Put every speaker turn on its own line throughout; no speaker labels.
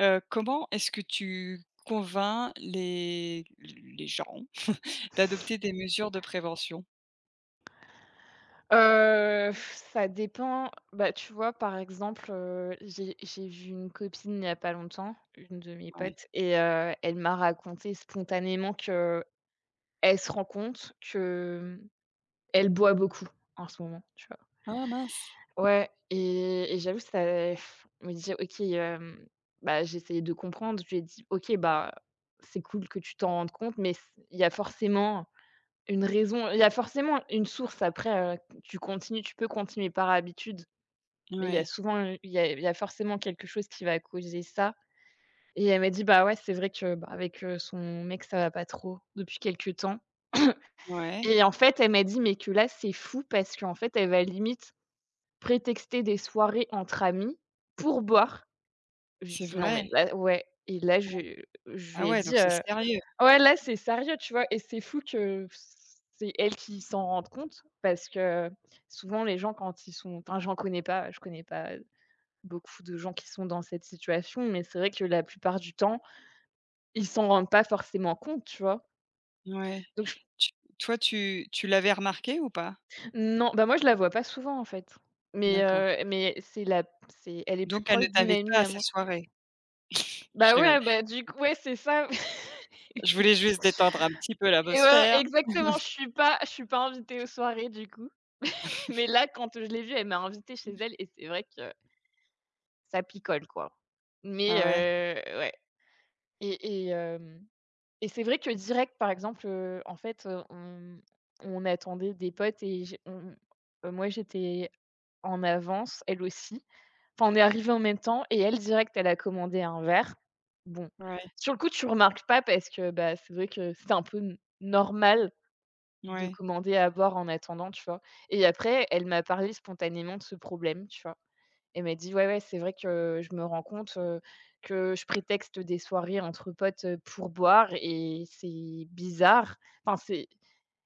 Comment est-ce que tu convaincs les gens d'adopter des mesures de prévention?
Ça dépend. Bah, tu vois, par exemple, j'ai vu une copine il n'y a pas longtemps, une de mes
Ouais.
potes et elle m'a raconté spontanément que elle se rend compte que, elle boit beaucoup en ce moment, tu vois?
Ah mince!
Ouais. Et j'avoue ça, je me disais: «OK, hem», bah, j'ai essayé de comprendre. Je lui ai dit: «OK, bah, c'est cool que tu t'en rendes compte, mais c il y a forcément une raison, il y a forcément une source après, tu peux continuer par habitude». Mais il y a
Ouais,
souvent, il y a forcément quelque chose qui va causer ça et elle m'a dit: «Bah, ouais, c'est vrai que, bah, avec, son mec, ça va pas trop depuis quelques temps»
ouais,
et en fait, elle m'a dit: «Mais que là, c'est fou parce qu'en fait, elle va limite prétexter des soirées entre amis pour boire». Je lui
c'est
dis: «Non, mais
vrai.
là». Ouais, et là, je
Ah
lui ai
ouais, donc
dit,
c'est sérieux.
«Ouais, là, c'est sérieux», tu vois? Et c'est fou que c'est elle qui s'en rende compte parce que souvent les gens quand ils sont, enfin, j'en connais pas, je connais pas beaucoup de gens qui sont dans cette situation, mais c'est vrai que la plupart du temps, ils s'en rendent pas forcément compte, tu vois?
Ouais.
Donc je
Tu toi, tu tu l'avais remarqué ou pas?
Non, bah, moi je la vois pas souvent, en fait,
D'accord.
mais c'est la c'est elle est plus
Donc elle ne
proche d'une
t'invite pas
amie
à
à
ses
moi.
soirées? Je
Bah,
rigole.
ouais, bah, du coup, ouais, c'est ça.
Je voulais juste détendre un petit peu
Et ouais,
l'atmosphère.
exactement, je suis pas invitée aux soirées, du coup. Mais là, quand je l'ai vue, elle m'a invitée chez elle et c'est vrai que ça picole, quoi, mais
Ah ouais?
ouais. Et et hem Et c'est vrai que direct, par exemple, en fait, on attendait des potes et j'ai on moi, j'étais en avance, elle aussi. Enfin, on est arrivés en même temps et elle, direct, elle a commandé un verre. Bon,
Ouais,
sur le coup, tu remarques pas parce que, bah, c'est vrai que c'est un peu n normal de
ouais.
commander à boire en attendant, tu vois? Et après, elle m'a parlé spontanément de ce problème, tu vois? Elle m'a dit: «Ouais, ouais, c'est vrai que je me rends compte, que je prétexte des soirées entre potes, pour boire et c'est bizarre». Enfin, c'est,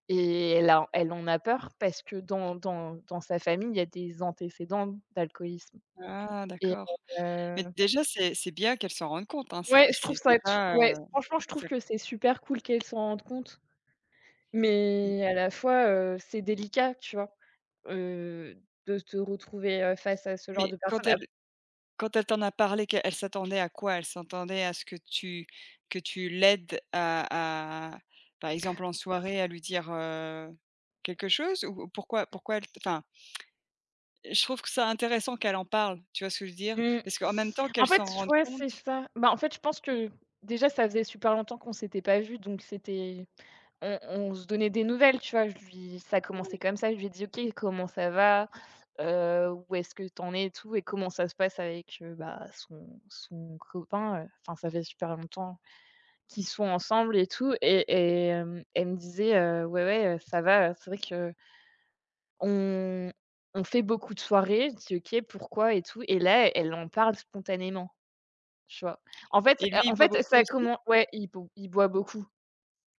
et elle en a peur parce que dans sa famille, il y a des antécédents d'alcoolisme
Ah
et
d'accord.
heu,
Mais déjà, c'est bien qu'elle s'en rende compte, hein, ça
ouais. je trouve
c'est
ça tr
déjà,
ouais, Franchement, je trouve
ça.
que c'est super cool qu'elle s'en rende compte, mais à la fois, c'est délicat, tu vois? Heu, de se retrouver, face à ce genre
Mais
de
quand
personnes.
elle t'en a parlé, qu'elle elle s'attendait à quoi? Elle s'attendait à ce que tu l'aides à par exemple en soirée à lui dire, quelque chose? Ou pourquoi elle t enfin, je trouve que c'est intéressant qu'elle en parle, tu vois ce que je veux dire?
Mmh.
Parce qu'en même temps qu'elle
En fait,
s'en rende
ouais, c'est
compte
ça. Bah, en fait, je pense que déjà, ça faisait super longtemps qu'on s'était pas vus, donc c'était on on se donnait des nouvelles, tu vois? Je lui Ça a commencé
ouais,
comme ça, je lui ai dit: «OK, comment ça va? Où est-ce que t'en es et tout et comment ça se passe avec, bah, son copain?» Enfin, ça fait super longtemps qu'ils sont ensemble et tout elle me disait: Ouais, ouais, ça va, c'est vrai qu'on on fait beaucoup de soirées». Je dis: «OK, pourquoi et tout?» Et là, elle en parle spontanément. Tu vois? En fait
et lui,
heu,
il
en
boit
fait,
beaucoup aussi?
il boit beaucoup.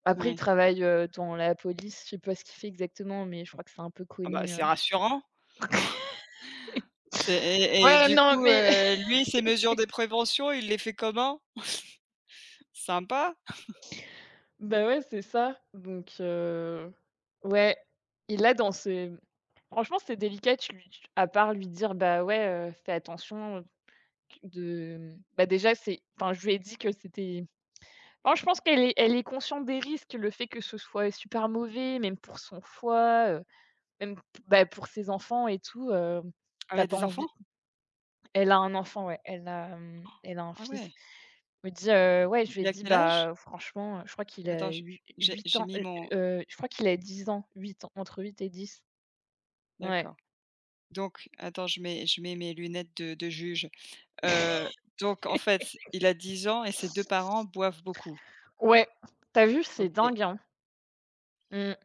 Après, il
Ouais.
travaille, dans la police, je sais pas ce qu'il fait exactement, mais je crois que c'est un peu
Ah bah,
connu,
c'est rassurant. C'est et
ouais,
du
non,
coup,
mais
lui, ses mesures de prévention, il les fait comment? Sympa.
bah, ouais, c'est ça. Donc, ouais, il a dans ses franchement, c'est délicat, tu lui tu à part lui dire: «Bah, ouais, fais attention de». Bah, déjà, c'est, enfin, je lui ai dit que c'était non, je pense qu'elle est consciente des risques, le fait que ce soit super mauvais, même pour son foie, Même p bah, pour ses enfants et tout,
Elle
tu
a
pas
des enfants?
envie elle a un enfant, ouais, elle a un
Ah
fils.
ouais.
Je me dit Ouais, je lui ai
Il a
dit:
quel âge?
«Bah, franchement, je crois qu'il
Attends,
a
je
huit
j'ai
8
j'ai
ans,
mis mon
je crois qu'il a 10 ans, 8 ans, entre 8 et dix». Ouais.
d'accord. Donc attends, je mets mes lunettes de juge. Heu, donc en fait, il a 10 ans et ses 2 parents boivent beaucoup.
Ouais, t'as vu? C'est
OK.
dingue, hein. Mmh.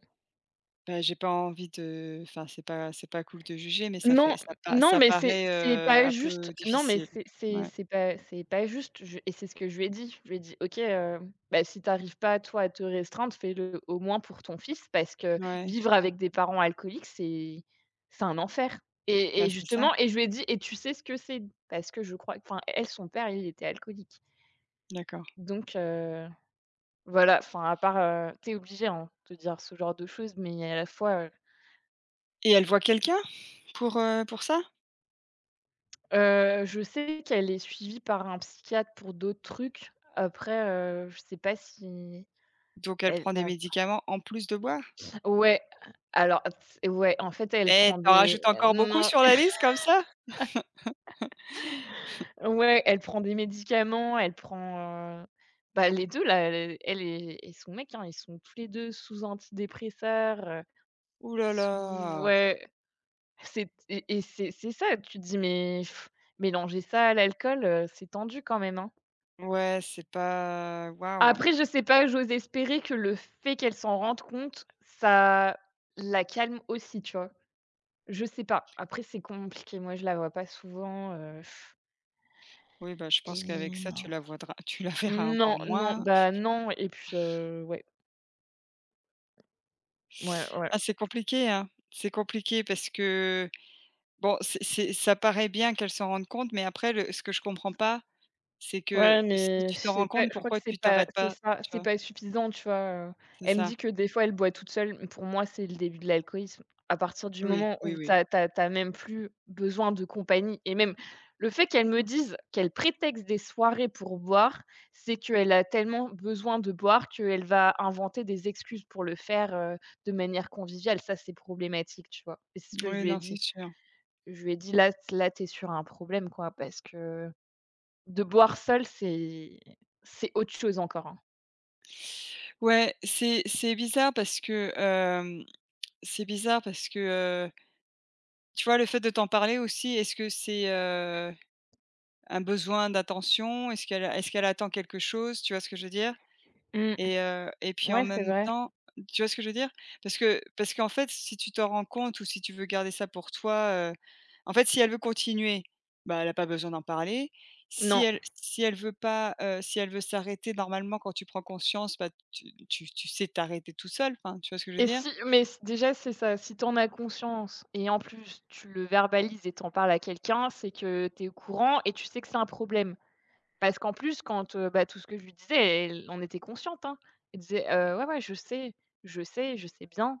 Ben j'ai pas envie de enfin, c'est pas cool de juger, mais ça fait
Non,
ça pa
non,
ça
mais c'est
paraît,
c'est pas
un peu
juste. Non, mais
difficile. Ouais,
c'est pas juste. Je et c'est ce que je lui ai dit. Je lui ai dit: «OK, bah, si t'arrives pas, toi, à te restreindre, fais-le au moins pour ton fils parce que
ouais.
vivre avec des parents alcooliques, c'est un enfer». et
Ben
et
c'est ça,
justement, et je lui ai dit: «Et tu sais ce que c'est?» Parce que, je crois, enfin, elle, son père, il était alcoolique,
d'accord,
donc, voilà, enfin, à part, tu obligé, hein, de dire ce genre de choses, mais à la fois,
et elle voit quelqu'un pour ça?
heu, je sais qu'elle est suivie par un psychiatre pour d'autres trucs. Après, je sais pas si
Donc elle
elle
prend des
en
médicaments en plus de boire?
ouais, alors en fait, elle
Eh,
prend
t'en
des
rajoutes encore beaucoup
non,
sur la liste comme ça?
ouais, elle prend des médicaments, elle prend, bah, les 2 là, elle et son mec, hein, ils sont tous les 2 sous antidépresseurs,
Ouh là
sous
là!
ouais, c'est, c'est ça, tu te dis: «Mais pff, mélanger ça à l'alcool, c'est tendu quand même, hein».
Ouais, c'est pas waouh!
Après, je sais pas, j'ose espérer que le fait qu'elle s'en rende compte, ça la calme aussi, tu vois? Je sais pas. Après, c'est compliqué. Moi, je la vois pas souvent,
Oui, bah, je
et
pense qu'avec ça, tu la voidras tu la verras encore
non, non,
moins.
bah, non. Et puis, ouais, ouais, ouais.
Ah, c'est compliqué, hein. C'est compliqué parce que bon, c'est ça paraît bien qu'elle s'en rende compte, mais après le ce que je comprends pas, c'est
Ouais,
que si
mais je
tu t'en
sais
rends
pas,
compte,
je crois que
pourquoi tu t'arrêtes
c'est
pas,
ça,
tu
c'est
vois?
pas suffisant, tu vois? Heu,
C'est
Elle me
ça.
dit que des fois elle boit toute seule, mais pour moi c'est le début de l'alcoolisme. À partir du
Oui,
moment
oui,
où
oui.
t'as même plus besoin de compagnie, et même le fait qu'elle me dise qu'elle prétexte des soirées pour boire, c'est qu'elle a tellement besoin de boire qu'elle va inventer des excuses pour le faire, de manière conviviale. Ça, c'est problématique, tu vois? Et c'est ce que je
Oui,
lui ai
non, c'est
dit.
sûr.
Je lui ai dit: Là, t'es sur un problème, quoi, parce que». De boire seul, c'est autre chose encore, hein.
Ouais, c'est bizarre parce que, c'est bizarre parce que, heu, tu vois, le fait de t'en parler aussi, est-ce que c'est, un besoin d'attention? Est-ce qu'elle attend quelque chose? Tu vois ce que je veux dire?
Mmh.
Et puis en
Ouais, c'est
même
vrai.
temps tu vois ce que je veux dire? Parce que parce qu'en fait, si tu t'en rends compte ou si tu veux garder ça pour toi, en fait, si elle veut continuer, bah, elle a pas besoin d'en parler. Si
Non.
elle si elle veut pas, si elle veut s'arrêter, normalement, quand tu prends conscience, bah, tu sais t'arrêter tout seul, enfin, tu vois ce que je veux
Et
dire?
si mais s Déjà, c'est ça, si t'en as conscience et en plus tu le verbalises et t'en parles à quelqu'un, c'est que t'es au courant et tu sais que c'est un problème. Parce qu'en plus, quand, bah, tout ce que je lui disais, elle en était consciente, hein. Elle disait: Ouais, ouais, je sais, je sais, je sais bien»,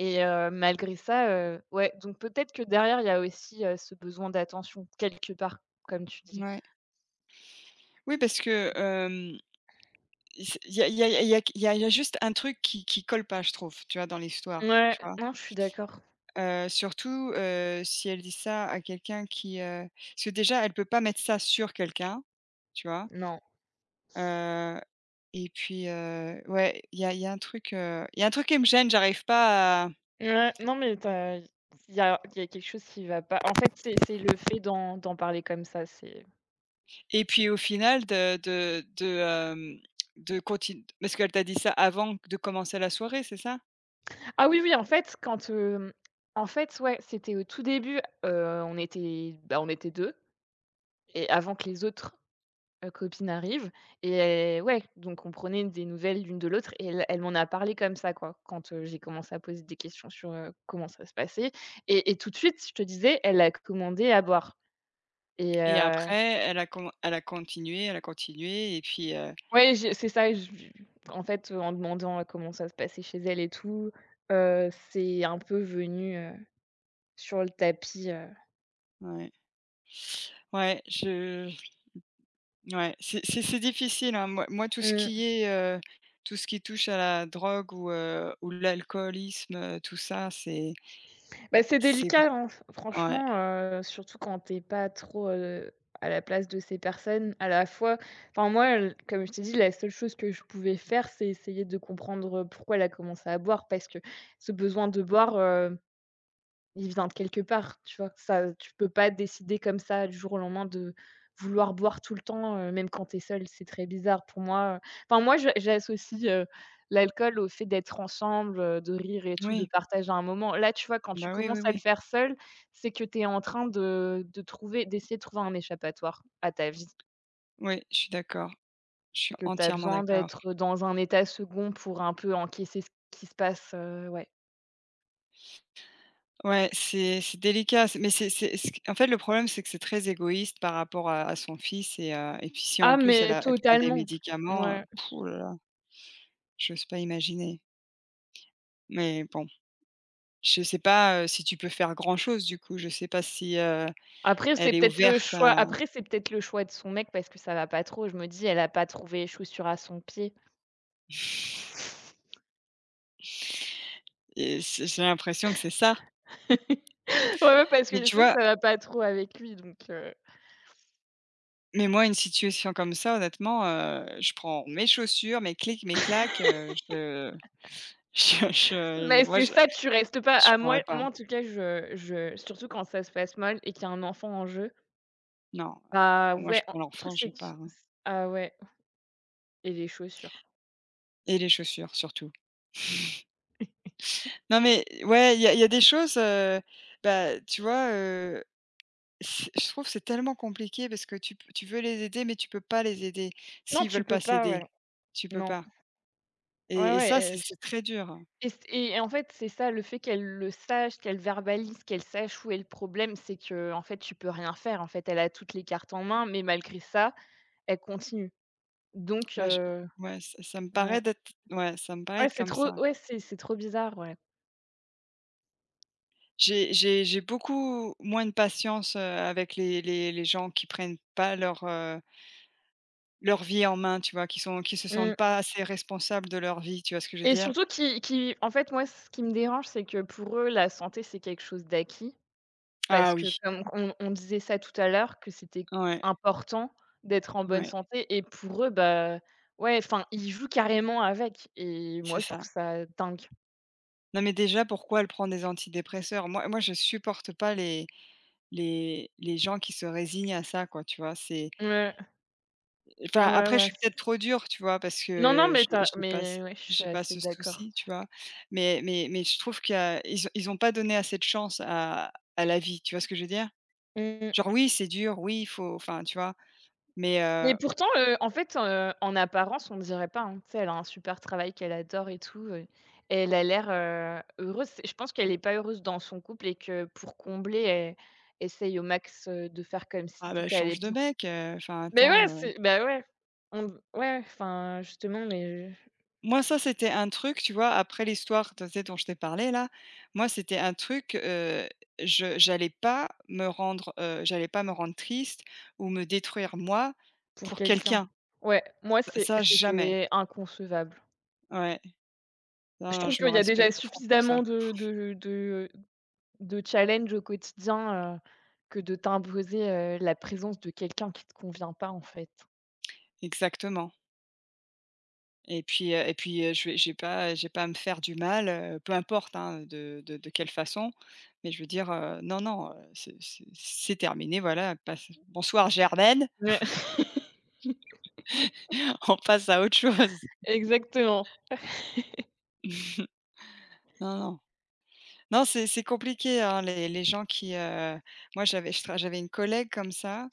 et malgré ça, ouais, donc peut-être que derrière, il y a aussi, ce besoin d'attention quelque part, comme tu dis.
Ouais. Oui, parce que, il s il y a il y a il y a il y a il y a juste un truc qui colle pas, je trouve, tu vois, dans l'histoire,
Ouais,
tu vois?
non, je suis d'accord.
Surtout, si elle dit ça à quelqu'un qui, parce que déjà elle peut pas mettre ça sur quelqu'un, tu vois?
Non.
Heu et puis, ouais, il y a un truc, il y a un truc qui me gêne, j'arrive pas à.
Ouais, non, mais tu il y a quelque chose qui va pas. En fait, c'est le fait d'en parler comme ça, c'est.
Et puis au final de de contin parce qu'elle t'a dit ça avant de commencer la soirée, c'est ça?
Ah oui, oui, en fait, en fait, ouais, c'était au tout début, on était, bah, on était 2 et avant que les autres, copines arrivent. Et ouais, donc on prenait des nouvelles l'une de l'autre et elle m'en a parlé comme ça, quoi, quand, j'ai commencé à poser des questions sur, comment ça se passait. Et tout de suite, je te disais, elle a commandé à boire et.
Et après, elle a con elle a continué et puis,
Ouais, j'ai c'est ça. En demandant, comment ça se passait chez elle et tout, c'est un peu venu, sur le tapis.
ouais. Ouais, je. Ouais, c'est difficile, hein. Moi moi, tout ce
Mmh.
qui est, tout ce qui touche à la drogue ou l'alcoolisme, tout ça,
Bah, c'est
c'est
délicat, hein, f
vr ouais.
franchement, surtout quand t'es pas trop, à la place de ces personnes. À la fois, enfin, moi, l comme je t'ai dit, la seule chose que je pouvais faire, c'est essayer de comprendre pourquoi elle a commencé à boire, parce que ce besoin de boire, euh, il vient de quelque part, tu vois? Ça, tu peux pas décider comme ça du jour au lendemain de vouloir boire tout le temps, même quand tu es seul. C'est très bizarre pour moi. Enfin, moi, je j'associe, l'alcool au fait d'être ensemble, de rire et tout, de
Oui,
partager un moment. Là, tu vois, quand tu
bah, oui, oui,
commences à le
oui.
faire seul, c'est que tu es en train de trouver d'essayer de trouver un échappatoire à ta vie,
Oui, je suis d'accord. Je suis
que tu as
entièrement
besoin
d'accord.
d'être dans un état second pour un peu encaisser ce qui se passe, ouais.
Ouais, c'est délicat, c'est mais c'est ce en fait, le problème, c'est que c'est très égoïste par rapport à son fils et puis si, en
Ah,
plus, elle
mais
a elle prend des
totalement!
médicaments,
Ouais.
pff, oh là là, j'ose pas imaginer. Mais bon, je sais pas, si tu peux faire grand chose, du coup. Je sais pas si,
Après, c'est
elle est
peut-être le
ouverte.
choix après, c'est peut-être le choix de son mec parce que ça va pas trop. Je me dis: «Elle a pas trouvé chaussure à son pied».
Et c'est j'ai l'impression que c'est ça.
Ouais, ouais, parce
Mais
que je
tu
sais que
vois?
ça va pas trop avec lui, donc,
Mais moi, une situation comme ça, honnêtement, je prends mes chaussures, mes clics, mes claques, je je
mais
moi,
c'est ça, tu restes pas
je
à. moi
pourrais pas.
moi, en tout cas, je surtout quand ça se passe mal et qu'il y a un enfant en jeu,
Non,
bah,
moi, je
ouais, en
prends
le truc,
l'enfant, je
c'est que.
pars, hein,
Ah, ouais, et les chaussures.
et les chaussures, surtout. Non, mais ouais, il y a des choses, bah, tu vois? C'est je trouve que c'est tellement compliqué parce que tu p tu veux les aider, mais tu peux pas les aider
Non,
s'ils
tu
veulent
peux
pas
pas,
s'aider.
ouais.
Tu peux
Non.
pas
Ouais,
et et
ouais,
ça, c'est c'est très dur.
Et c et en fait, c'est ça, le fait qu'elle le sache, qu'elle verbalise, qu'elle sache où est le problème, c'est que, en fait, tu peux rien faire. En fait, elle a toutes les cartes en main, mais malgré ça, elle continue. Donc,
Bah, je ouais, ça ça me paraît
ouais.
d'être ouais, ça me paraît
Ouais,
être
c'est
comme
trop,
ça.
ouais, c'est trop bizarre, ouais.
J'ai beaucoup moins de patience, avec les gens qui prennent pas leur, leur vie en main, tu vois? Qui sont qui se sentent
Mmh.
pas assez responsables de leur vie, tu vois ce que je veux
Et
dire?
surtout moi, ce qui me dérange, c'est que pour eux, la santé, c'est quelque chose d'acquis,
Ah
parce que
oui,
comme on disait ça tout à l'heure, que c'était
ouais,
important d'être en bonne
ouais,
santé, et pour eux, bah, ouais, enfin, ils jouent carrément avec, et
c'est
moi, je trouve
ça.
ça dingue.
Non, mais déjà, pourquoi elle prend des antidépresseurs? Moi moi, je supporte pas les gens qui se résignent à ça, quoi, tu vois? C'est
Ouais,
enfin,
ouais,
après, je
ouais,
suis
c'est
peut-être
ça.
trop dure, tu vois? Parce
Non, non,
que je
mais t'as mais ouais, je suis
j'ai pas
assez
ce
d'accord.
souci, tu vois? Mais mais je trouve qu'ils y ils ont pas donné assez de chance à la vie, tu vois ce que je veux dire? Genre
Mmh.
oui, c'est dur, oui, il faut enfin, tu vois? Mais,
Mais pourtant, en fait, en apparence, on dirait pas, hein. Tu sais, elle a un super travail qu'elle adore et tout, elle a l'air, heureuse. C'est, je pense qu'elle est pas heureuse dans son couple et que, pour combler, elle essaye au max, de faire comme si
ah
tout
bah,
allait
change de
bien.
mec, enfin
Mais
attends,
ouais,
heu.
c'est, bah, ouais. On Ouais, enfin, justement, mais
Moi, ça, c'était un truc, tu vois? Après l'histoire, tu sais, dont je t'ai parlé là, moi, c'était un truc, je j'allais pas me rendre, j'allais pas me rendre triste ou me détruire moi
pour
pour
quelqu'un.
quelqu'un.
Ouais, moi,
Ça, jamais.
c'était inconcevable.
Ouais. Non,
Je
non,
trouve
je me
qu'il y a déjà
respecte trop pour ça.
suffisamment de challenge au quotidien, que de t'imposer, la présence de quelqu'un qui te convient pas, en fait.
Exactement, et puis, je vais j'ai pas à me faire du mal, peu importe, hein, de de quelle façon. Mais je veux dire, non, non, c'est terminé, voilà, passe «Bonsoir Germaine,
Ouais,
on passe à autre chose».
exactement.
Non, non. Non, c'est compliqué, hein, les gens qui, moi j'avais je tra j'avais une collègue comme ça,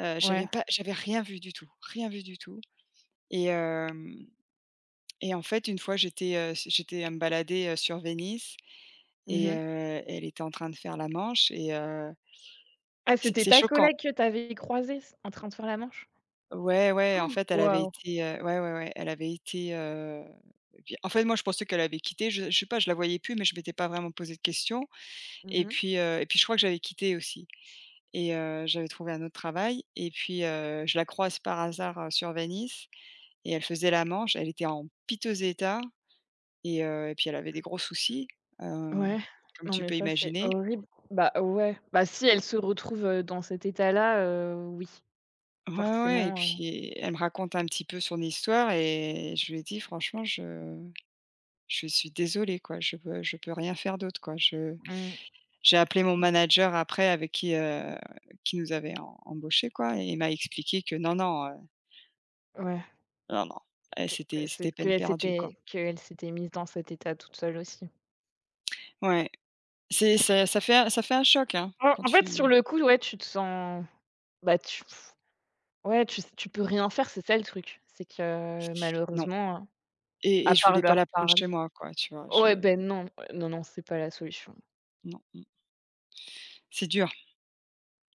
j'avais
Ouais.
pas j'avais rien vu du tout, rien vu du tout. et hem et en fait, une fois, j'étais, s j'étais à me balader, sur Venise. Et
Mmh.
elle était en train de faire la manche et
Ah, c'était
c'est
ta
choquant.
collègue que t'avais avais croisée s en train de faire la manche?
Ouais, ouais, en fait, elle avait
Waouh.
été, ouais, ouais, ouais, elle avait été, bien en fait, moi, je pensais qu'elle avait quitté. Je sais pas, je la voyais plus, mais je m'étais pas vraiment posé de questions
Mmh.
et puis je crois que j'avais quitté aussi et j'avais trouvé un autre travail et puis, je la croise par hasard, sur Venise et elle faisait la manche. Elle était en piteux état et puis elle avait des gros soucis, hem,
Ouais.
comme
Non,
tu
mais
peux
ça, c'est
imaginer.
horrible. Bah, ouais. Bah, si elle se retrouve, dans cet état-là, oui,
Ouais, ouais ouais, et
forcément,
puis elle me raconte un petit peu son histoire et je lui ai dit: «Franchement, je suis désolée, quoi, je peux rien faire d'autre, quoi». Je
heu, mmh,
j'ai appelé mon manager après avec qui nous avait em embauchés, quoi, et il m'a expliqué que non, non,
ouais,
non, non, eh,
que
c'était
c'est
peine perdue, quoi.
qu'elle s'était mise dans cet état toute seule aussi.
Ouais, c'est ça ça fait un choc, hein, quand
En fait, sur
tu
le coup, ouais, tu te sens, bah, tu. Ouais, tu peux rien faire, c'est ça le truc. C'est que,
non
malheureusement,
et et
à
je
part
voulais pas
leur
la prendre chez
parler,
moi, quoi, tu vois?
ouais,
Je
ben non, ouais, non, non, c'est pas la solution.
non, mmh, c'est dur.